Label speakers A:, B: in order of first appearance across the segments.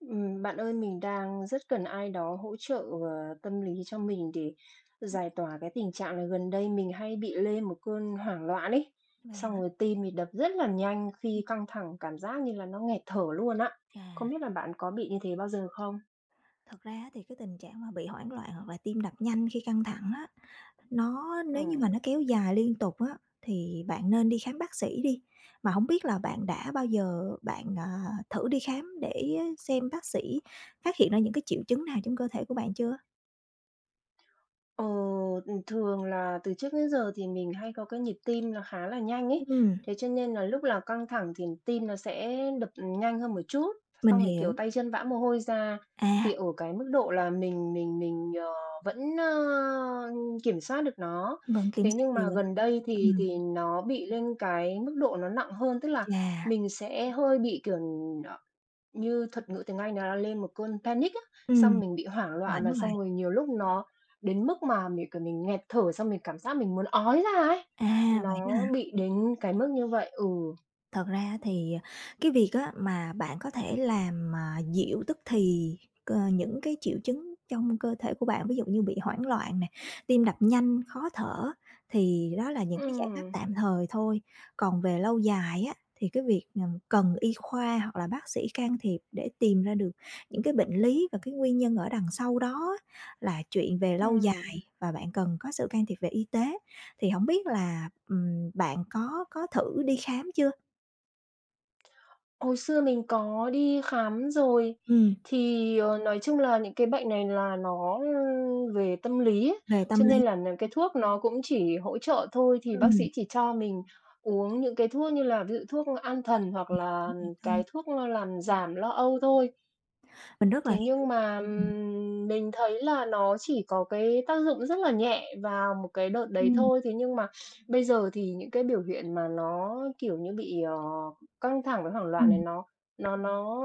A: Bạn ơi, mình đang rất cần ai đó hỗ trợ, ờ, tâm lý cho mình để giải tỏa cái tình trạng là gần đây mình hay bị lên một cơn hoảng loạn ấy.
B: Vậy
A: Xong
B: hả?
A: rồi tim thì đập rất là nhanh khi căng thẳng, cảm giác như là nó nghẹt thở luôn á.
B: Chà,
A: Không biết là bạn có bị như thế bao giờ không?
B: thật ra á thì cái tình trạng mà bị hoảng loạn hoặc là tim đập nhanh khi căng thẳng á, nó nếu như
A: Ừm.
B: mà nó kéo dài liên tục á, thì bạn nên đi khám bác sĩ đi. Mà không biết là bạn đã bao giờ thử đi khám để xem bác sĩ phát hiện ra những cái triệu chứng nào trong cơ thể của bạn chưa?
A: Ờ, ừ, thường là từ trước đến giờ thì mình hay có cái nhịp tim nó khá là nhanh ấy.
B: Ừm,
A: Thế cho nên là lúc nào căng thẳng thì tim nó sẽ đập nhanh hơn một chút,
B: mình
A: xong rồi, kiểu,
B: hiểu.
A: tay chân vã mồ hôi ra. Thì
B: À,
A: ở cái mức độ là mình, vẫn, kiểm soát được nó.
B: vẫn kiểm
A: Thế
B: soát
A: nhưng
B: được.
A: mà gần đây thì
B: Ừm,
A: thì nó bị lên cái mức độ nó nặng hơn, tức là
B: chà,
A: mình sẽ hơi bị, kiểu, ờ như thuật ngữ tiếng Anh nó là lên một cơn panic á, xong
B: ừm,
A: mình bị hoảng loạn
B: hoảng
A: và
B: loạn.
A: xong rồi nhiều lúc nó đến mức mà mình, kiểu, mình nghẹt thở, xong mình cảm giác mình muốn ói ra ấy.
B: À, vậy đó hả?
A: Nó bị đến cái mức như vậy. Ừ.
B: Thật ra thì cái việc á mà bạn có thể làm mà dịu tức thì những cái triệu chứng trong cơ thể của bạn, ví dụ như bị hoảng loạn nè, tim đập nhanh, khó thở thì đó là những cái giải pháp
A: Ừm.
B: tạm thời thôi. Còn về lâu dài á, thì cái việc, cần y khoa hoặc là bác sĩ can thiệp để tìm ra được những cái bệnh lý và cái nguyên nhân ở đằng sau đó á, là chuyện về lâu dài
A: Ừm.
B: và bạn cần có sự can thiệp về y tế. Thì không biết là, bạn có thử đi khám chưa?
A: Hồi xưa mình có đi khám rồi,
B: Ừm,
A: thì, nói chung là những cái bệnh này là nó, về tâm lý ấy,
B: về tâm
A: cho nên
B: lý,
A: là nà cái thuốc nó cũng chỉ hỗ trợ thôi, thì bác
B: ừm,
A: sĩ chỉ cho mình uống những cái thuốc như là ví dụ thuốc an thần hoặc là
B: về
A: cái
B: tâm
A: thuốc, làm giảm lo âu thôi.
B: mình rất là
A: Thế
B: hiểu.
A: nhưng mà, mình thấy là nó chỉ có cái tác dụng rất là nhẹ vào một cái đợt đấy
B: Ừm,
A: thôi. Thế nhưng mà bây giờ thì những cái biểu hiện mà nó, kiểu như, bị, căng thẳng với hoảng loạn này
B: ừm,
A: nó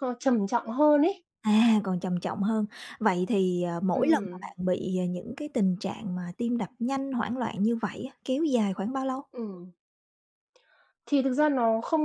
A: trầm trọng hơn ấy.
B: à, còn trầm trọng hơn. Vậy thì, mỗi lần mà
A: Ừm.
B: bạn bị, những cái tình trạng mà tim đập nhanh, hoảng loạn như vậy á, kéo dài khoảng bao lâu?
A: Ừm. Thì thực ra nó không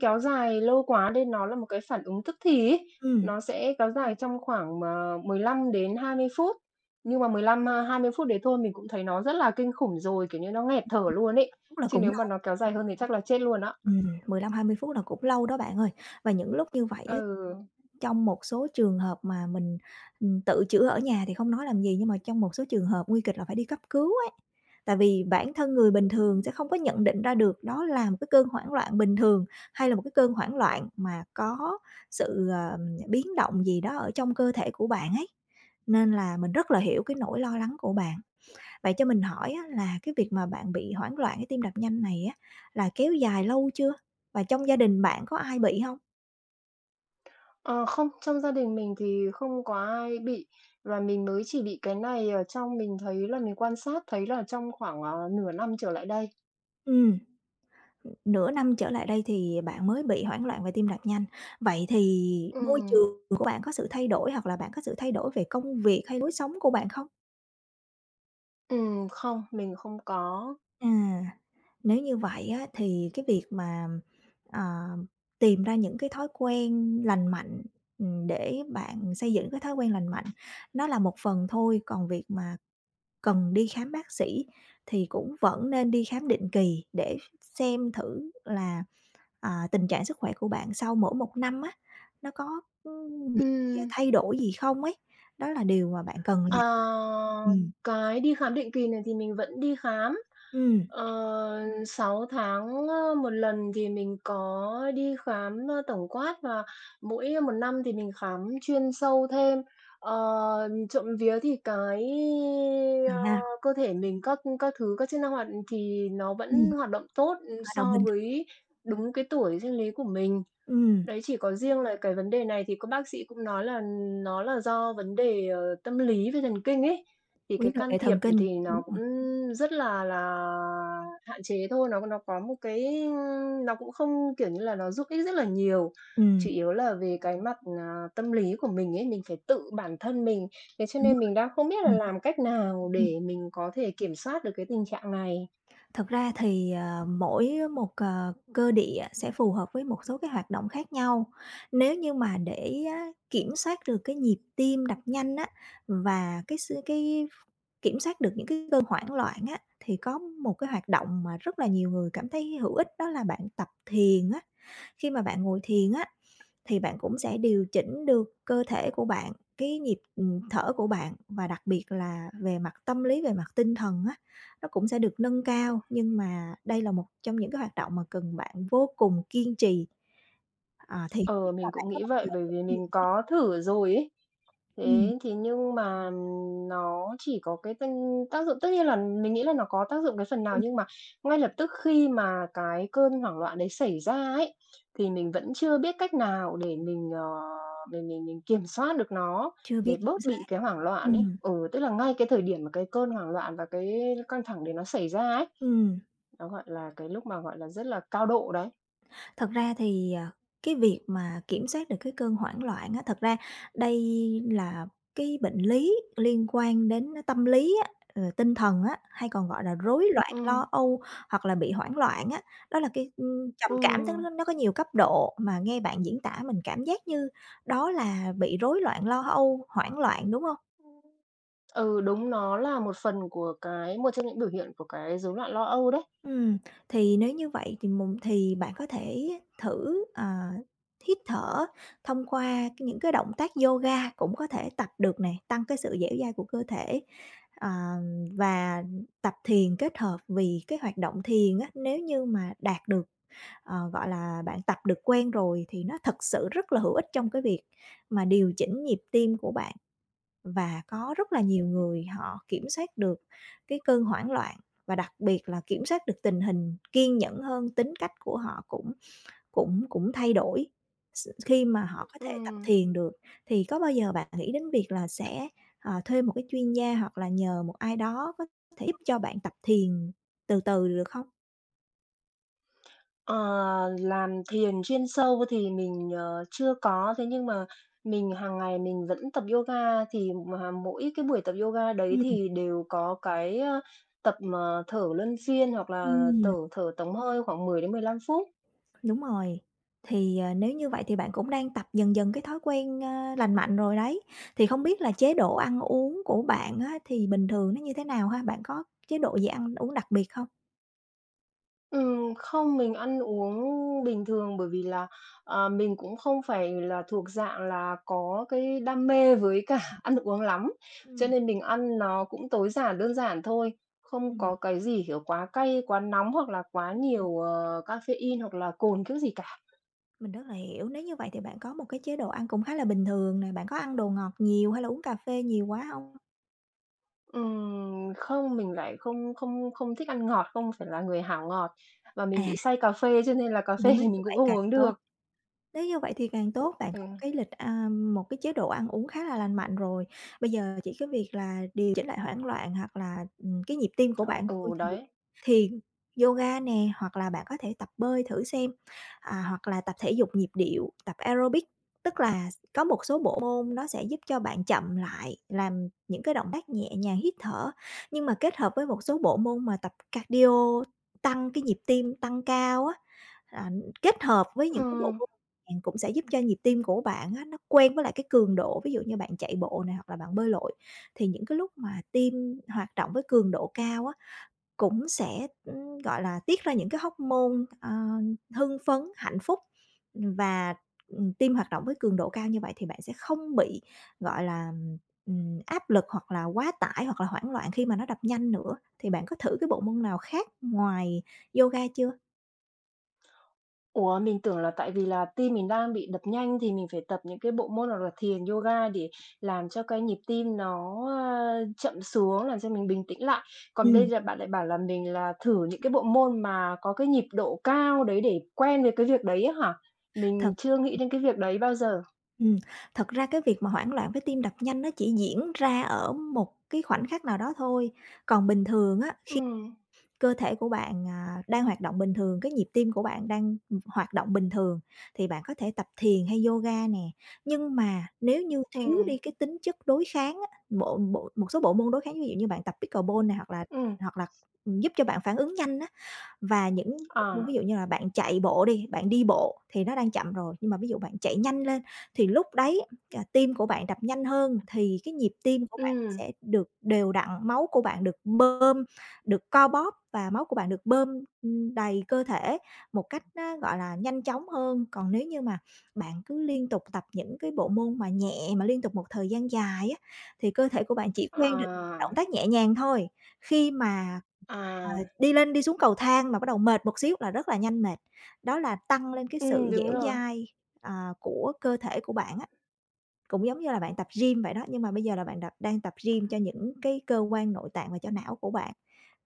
A: kéo dài lâu quá nên nó là một cái phản ứng tức thì ấy.
B: Ừm,
A: Nó sẽ kéo dài trong khoảng, 15 đến 20 phút, nhưng mà 15, 20 phút đấy thôi mình cũng thấy nó rất là kinh khủng rồi, kiểu như, nó nghẹt thở luôn ấy,
B: đúng là
A: chứ
B: cũng
A: nếu mà
B: lâu,
A: nó kéo dài hơn thì chắc là chết luôn á.
B: 15-20 phút là cũng lâu đó bạn ơi. Và những lúc như vậy á,
A: Ừ.
B: trong một số trường hợp mà mình, tự chữa ở nhà thì không nói làm gì, nhưng mà trong một số trường hợp nguy kịch là phải đi cấp cứu ấy. Tại vì bản thân người bình thường sẽ không có nhận định ra được đó là một cái cơn hoảng loạn bình thường hay là một cái cơn hoảng loạn mà có sự, biến động gì đó ở trong cơ thể của bạn ấy. Nên là mình rất là hiểu cái nỗi lo lắng của bạn. Vậy cho mình hỏi á là cái việc mà bạn bị hoảng loạn cái tim đập nhanh này á, là kéo dài lâu chưa? Và trong gia đình bạn có ai bị không?
A: Ờ, Không, trong gia đình mình thì không có ai bị, và mình mới chỉ bị cái này ở trong mình thấy là mình quan sát thấy là trong khoảng, nửa năm trở lại đây.
B: Ừm. Nửa năm trở lại đây thì bạn mới bị hoảng loạn về tim đập nhanh. Vậy thì môi
A: Ừm,
B: trường của bạn có sự thay đổi hoặc là bạn có sự thay đổi về công việc hay lối sống của bạn không?
A: không, mình không có.
B: À, nếu như vậy á thì cái việc mà, ờ, tìm ra những cái thói quen lành mạnh, để bạn xây dựng cái thói quen lành mạnh nó là một phần thôi, còn việc mà cần đi khám bác sĩ thì cũng vẫn nên đi khám định kỳ để xem thử là, à, tình trạng sức khỏe của bạn sau mỗi một năm á, nó có, bị
A: Ừm.
B: thay đổi gì không ấy. Đó là điều mà bạn cần làm.
A: Ờ,
B: Ừm,
A: cái đi khám định kỳ này thì mình vẫn đi khám.
B: ừm,
A: Ờ, 6 tháng, một lần thì mình có đi khám, tổng quát và mỗi một năm thì mình khám chuyên sâu thêm. Trộm vía thì cái, ơ,
B: vậy ha,
A: cơ thể mình các thứ, các chức năng hoạt thì nó vẫn
B: ừm,
A: hoạt động tốt,
B: hòa đồng
A: so
B: bình,
A: với đúng cái tuổi sinh lý của mình.
B: ừm,
A: Đấy, chỉ có riêng là cái vấn đề này thì các bác sĩ cũng nói là nó là do vấn đề, tâm lý với thần kinh ấy, thì cái
B: vấn đề
A: can
B: về
A: thiệp
B: thần kinh,
A: thì nó cũng rất là hạn chế thôi, nó có một cái nó cũng không, kiểu như là, nó giúp ích rất là nhiều. Chủ
B: ừm,
A: yếu là về cái mặt, tâm lý của mình ấy, mình phải tự bản thân mình, thế cho
B: đúng
A: nên
B: rồi,
A: mình đang không biết là
B: ừm.
A: làm cách nào để mình có thể kiểm soát được cái tình trạng này.
B: Thực ra thì, mỗi một, cơ địa sẽ phù hợp với một số cái hoạt động khác nhau. Nếu như mà để á kiểm soát được cái nhịp tim đập nhanh á và cái sự cái kiểm soát được những cái cơn hoảng loạn á, thì có một cái hoạt động mà rất là nhiều người cảm thấy hữu ích đó là bạn tập thiền á. Khi mà bạn ngồi thiền á, thì bạn cũng sẽ điều chỉnh được cơ thể của bạn, cái nhịp, thở của bạn và đặc biệt là về mặt tâm lý, về mặt tinh thần á, nó cũng sẽ được nâng cao. Nhưng mà đây là một trong những cái hoạt động mà cần bạn vô cùng kiên trì, à, thì không biết
A: Ờ,
B: là
A: mình
B: bạn
A: cũng
B: có
A: nghĩ
B: bao
A: vậy,
B: giờ
A: bởi
B: thử
A: vì
B: thiền
A: mình
B: chưa?
A: có thử rồi ấy.
B: Ừm,
A: Thế thì nhưng mà nó chỉ có cái tinh tác dụng, tất nhiên là mình nghĩ là nó có tác dụng cái phần nào,
B: ừm,
A: nhưng mà ngay lập tức khi mà cái cơn hoảng loạn đấy xảy ra ấy, thì mình vẫn chưa biết cách nào để mình, mình kiểm soát được nó,
B: chưa biết
A: để
B: kiểm
A: bớt bị
B: soát.
A: cái hoảng loạn ấy.
B: Ừm,
A: Ừ, tức là ngay cái thời điểm mà cái cơn hoảng loạn và cái căng thẳng đấy nó xảy ra ấy,
B: ừm.
A: nó, gọi là, cái lúc mà, gọi là, rất là cao độ đấy.
B: Thật ra thì, cái việc mà kiểm soát được cái cơn hoảng loạn á, thật ra đây là cái bệnh lý liên quan đến tâm lý á, tinh thần á, hay còn gọi là rối loạn
A: Ừ.
B: lo âu hoặc là bị hoảng loạn á. Đó là cái, trầm
A: Ừ.
B: cảm tức nó có nhiều cấp độ, mà nghe bạn diễn tả mình cảm giác như đó là bị rối loạn lo âu, hoảng loạn, đúng không?
A: Ừ, đúng, nó là một phần của cái một trong những biểu hiện của cái rối loạn lo âu đấy.
B: Ừm, thì nếu như vậy thì mùng thì bạn có thể thử, hít thở thông qua cái những cái động tác yoga cũng có thể tập được này tăng cái sự dẻo dai của cơ thể, ờ, và tập thiền kết hợp. Vì cái hoạt động thiền á, nếu như mà đạt được, gọi là, bạn tập được quen rồi thì nó thật sự rất là hữu ích trong cái việc mà điều chỉnh nhịp tim của bạn. Và có rất là nhiều người họ kiểm soát được cái cơn hoảng loạn và đặc biệt là kiểm soát được tình hình, kiên nhẫn hơn, tính cách của họ cũng cũng cũng thay đổi khi mà họ có thể tập
A: Ừm,
B: thiền được. Thì có bao giờ bạn nghĩ đến việc là sẽ, thuê một cái chuyên gia hoặc là nhờ một ai đó có thể giúp cho bạn tập thiền từ từ được không?
A: ờ, làm thiền chuyên sâu thì mình, chưa có, thế nhưng mà mình hàng ngày mình vẫn tập yoga, thì mà mỗi cái buổi tập yoga đấy
B: Ừm.
A: thì đều có cái, tập mà thở luân phiên hoặc là thở
B: Ừm.
A: thở tổng hơi khoảng 10 đến 15 phút.
B: Đúng rồi. Thì, nếu như vậy thì bạn cũng đang tập dần dần cái thói quen, lành mạnh rồi đấy. Thì không biết là chế độ ăn uống của bạn á thì bình thường nó như thế nào ha? Bạn có chế độ gì ăn uống đặc biệt không?
A: Không, mình ăn uống bình thường bởi vì là, mình cũng không phải là thuộc dạng là có cái đam mê với cả ăn uống lắm, cho
B: Ừm,
A: nên mình ăn nó cũng tối giản, đơn giản thôi, không
B: Ừm,
A: có cái gì, kiểu, quá cay, quá nóng hoặc là quá
B: ừm.
A: nhiều, caffeine hoặc là cồn kiểu gì cả.
B: mình rất là hiểu. Nếu như vậy thì bạn có một cái chế độ ăn cũng khá là bình thường nè, bạn có ăn đồ ngọt nhiều hay là uống cà phê nhiều quá không?
A: Không, mình lại không không không thích ăn ngọt, không phải là người hảo ngọt và mình
B: À,
A: bị say cà phê cho nên là cà
B: nếu
A: phê
B: như
A: thì mình cũng
B: vậy
A: không
B: càng
A: uống
B: tốt.
A: được.
B: Nếu như vậy thì càng tốt, bạn
A: Ừ,
B: có một cái lịch, một cái chế độ ăn uống khá là lành mạnh rồi. Bây giờ chỉ cái việc là điều chỉnh lại hoảng loạn hoặc là, cái nhịp tim của bạn
A: ừ,
B: thôi
A: đấy.
B: thì yoga nè, hoặc là bạn có thể tập bơi thử xem, hoặc là tập thể dục nhịp điệu, tập aerobic. Tức là có một số bộ môn nó sẽ giúp cho bạn chậm lại, làm những cái động tác nhẹ nhàng, hít thở, nhưng mà kết hợp với một số bộ môn mà tập cardio tăng cái nhịp tim tăng cao á, à, kết hợp với những cái bộ
A: Ừm.
B: môn nhàn cũng sẽ giúp cho nhịp tim của bạn á, nó quen với lại cái cường độ, ví dụ như bạn chạy bộ này hoặc là bạn bơi lội, thì những cái lúc mà tim hoạt động với cường độ cao á, cũng sẽ, gọi là, tiết ra những cái hormone, hưng phấn, hạnh phúc. Và, tim hoạt động với cường độ cao như vậy thì bạn sẽ không bị, gọi là, áp lực hoặc là quá tải hoặc là hoảng loạn khi mà nó đập nhanh nữa. Thì bạn có thử cái bộ môn nào khác ngoài yoga chưa?
A: Ủa, mình tưởng là tại vì là tim mình đang bị đập nhanh thì mình phải tập những cái bộ môn hoặc là thiền, yoga để làm cho cái nhịp tim nó, chậm xuống, làm cho mình bình tĩnh lại. Còn bây
B: Ừm,
A: giờ bạn lại bảo là mình là thử những cái bộ môn mà có cái nhịp độ cao đấy để quen với cái việc đấy á hả? Mình
B: thật
A: chưa nghĩ đến cái việc đấy bao giờ.
B: Ừm, thật ra cái việc mà hoảng loạn với tim đập nhanh nó chỉ diễn ra ở một cái khoảnh khắc nào đó thôi. Còn bình thường á, khi
A: Ừm,
B: cơ thể của bạn, đang hoạt động bình thường, cái nhịp tim của bạn đang hoạt động bình thường thì bạn có thể tập thiền hay yoga nè. Nhưng mà nếu như thiếu
A: ừm,
B: đi cái tính chất đối kháng á, bộ bộ một số bộ môn đối kháng, ví dụ như bạn tập pickleball nè, hoặc là
A: ừm,
B: hoặc là, giúp cho bạn phản ứng nhanh á, và những
A: à,
B: ví dụ như là bạn chạy bộ đi, bạn đi bộ thì nó đang chậm rồi, nhưng mà ví dụ bạn chạy nhanh lên thì lúc đấy, tim của bạn đập nhanh hơn thì cái nhịp tim của bạn
A: ừm,
B: sẽ được đều đặn, máu của bạn được bơm, được co bóp và máu của bạn được bơm, đầy cơ thể một cách nó, gọi là, nhanh chóng hơn. Còn nếu như mà bạn cứ liên tục tập những cái bộ môn mà nhẹ mà liên tục một thời gian dài á, thì cơ thể của bạn chỉ quen được những động
A: à,
B: tác nhẹ nhàng thôi. Khi mà
A: à,
B: đi lên đi xuống cầu thang mà bắt đầu mệt một xíu là rất là nhanh mệt, đó là tăng lên cái sự
A: đúng
B: dẻo
A: rồi,
B: dai, của cơ thể của bạn á, cũng giống như là bạn tập gym vậy đó, nhưng mà bây giờ là bạn đang tập gym cho những cái cơ quan nội tạng và cho não của bạn.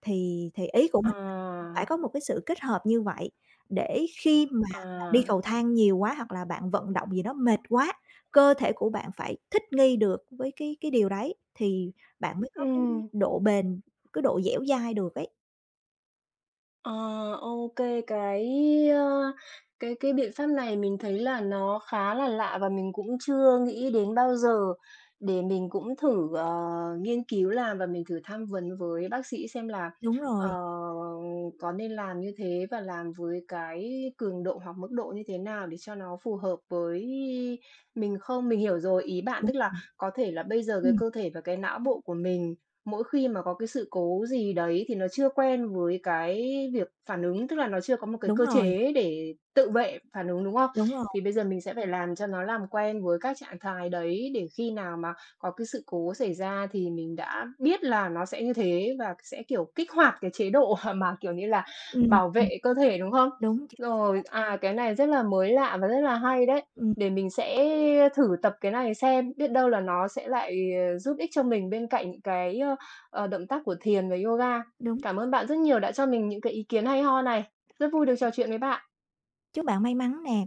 B: Thì ý của mình
A: à,
B: phải có một cái sự kết hợp như vậy, để khi mà bạn đi
A: à,
B: cầu thang nhiều quá hoặc là bạn vận động gì đó mệt quá, cơ thể của bạn phải thích nghi được với cái điều đấy thì bạn mới có cái
A: ừm.
B: độ bền, cái độ dẻo dai được ấy.
A: Ờ, ô cái, ơ, cái biện pháp này mình thấy là nó khá là lạ và mình cũng chưa nghĩ đến bao giờ. Để mình cũng thử, nghiên cứu làm và mình thử tham vấn với bác sĩ xem là,
B: Đúng
A: ờ,
B: rồi.
A: có nên làm như thế và làm với cái cường độ hoặc mức độ như thế nào để cho nó phù hợp với mình không? Mình hiểu rồi, ý bạn
B: Đúng
A: tức là
B: rồi,
A: có thể là bây giờ cái
B: ừm,
A: cơ thể và cái não bộ của mình mỗi khi mà có cái sự cố gì đấy thì nó chưa quen với cái việc phản ứng, tức là nó chưa có một cái
B: đúng
A: cơ
B: rồi,
A: chế để tự vệ phản ứng, đúng không?
B: đúng rồi,
A: Thì bây giờ mình sẽ phải làm cho nó làm quen với các trạng thái đấy để khi nào mà có cái sự cố xảy ra thì mình đã biết là nó sẽ như thế và sẽ, kiểu, kích hoạt cái chế độ mà, kiểu như là,
B: ừm,
A: bảo
B: ừm,
A: vệ cơ thể, đúng không?
B: đúng, chính
A: Rồi, cái này rất là mới lạ và rất là hay đấy,
B: ừm,
A: để mình sẽ thử tập cái này xem, biết đâu là nó sẽ lại, giúp ích cho mình bên cạnh cái, động tác của thiền và yoga.
B: đúng.
A: Cảm ơn bạn rất nhiều đã cho mình những cái ý kiến hay ho này. Rất vui được trò chuyện với bạn.
B: Chúc bạn may mắn nè.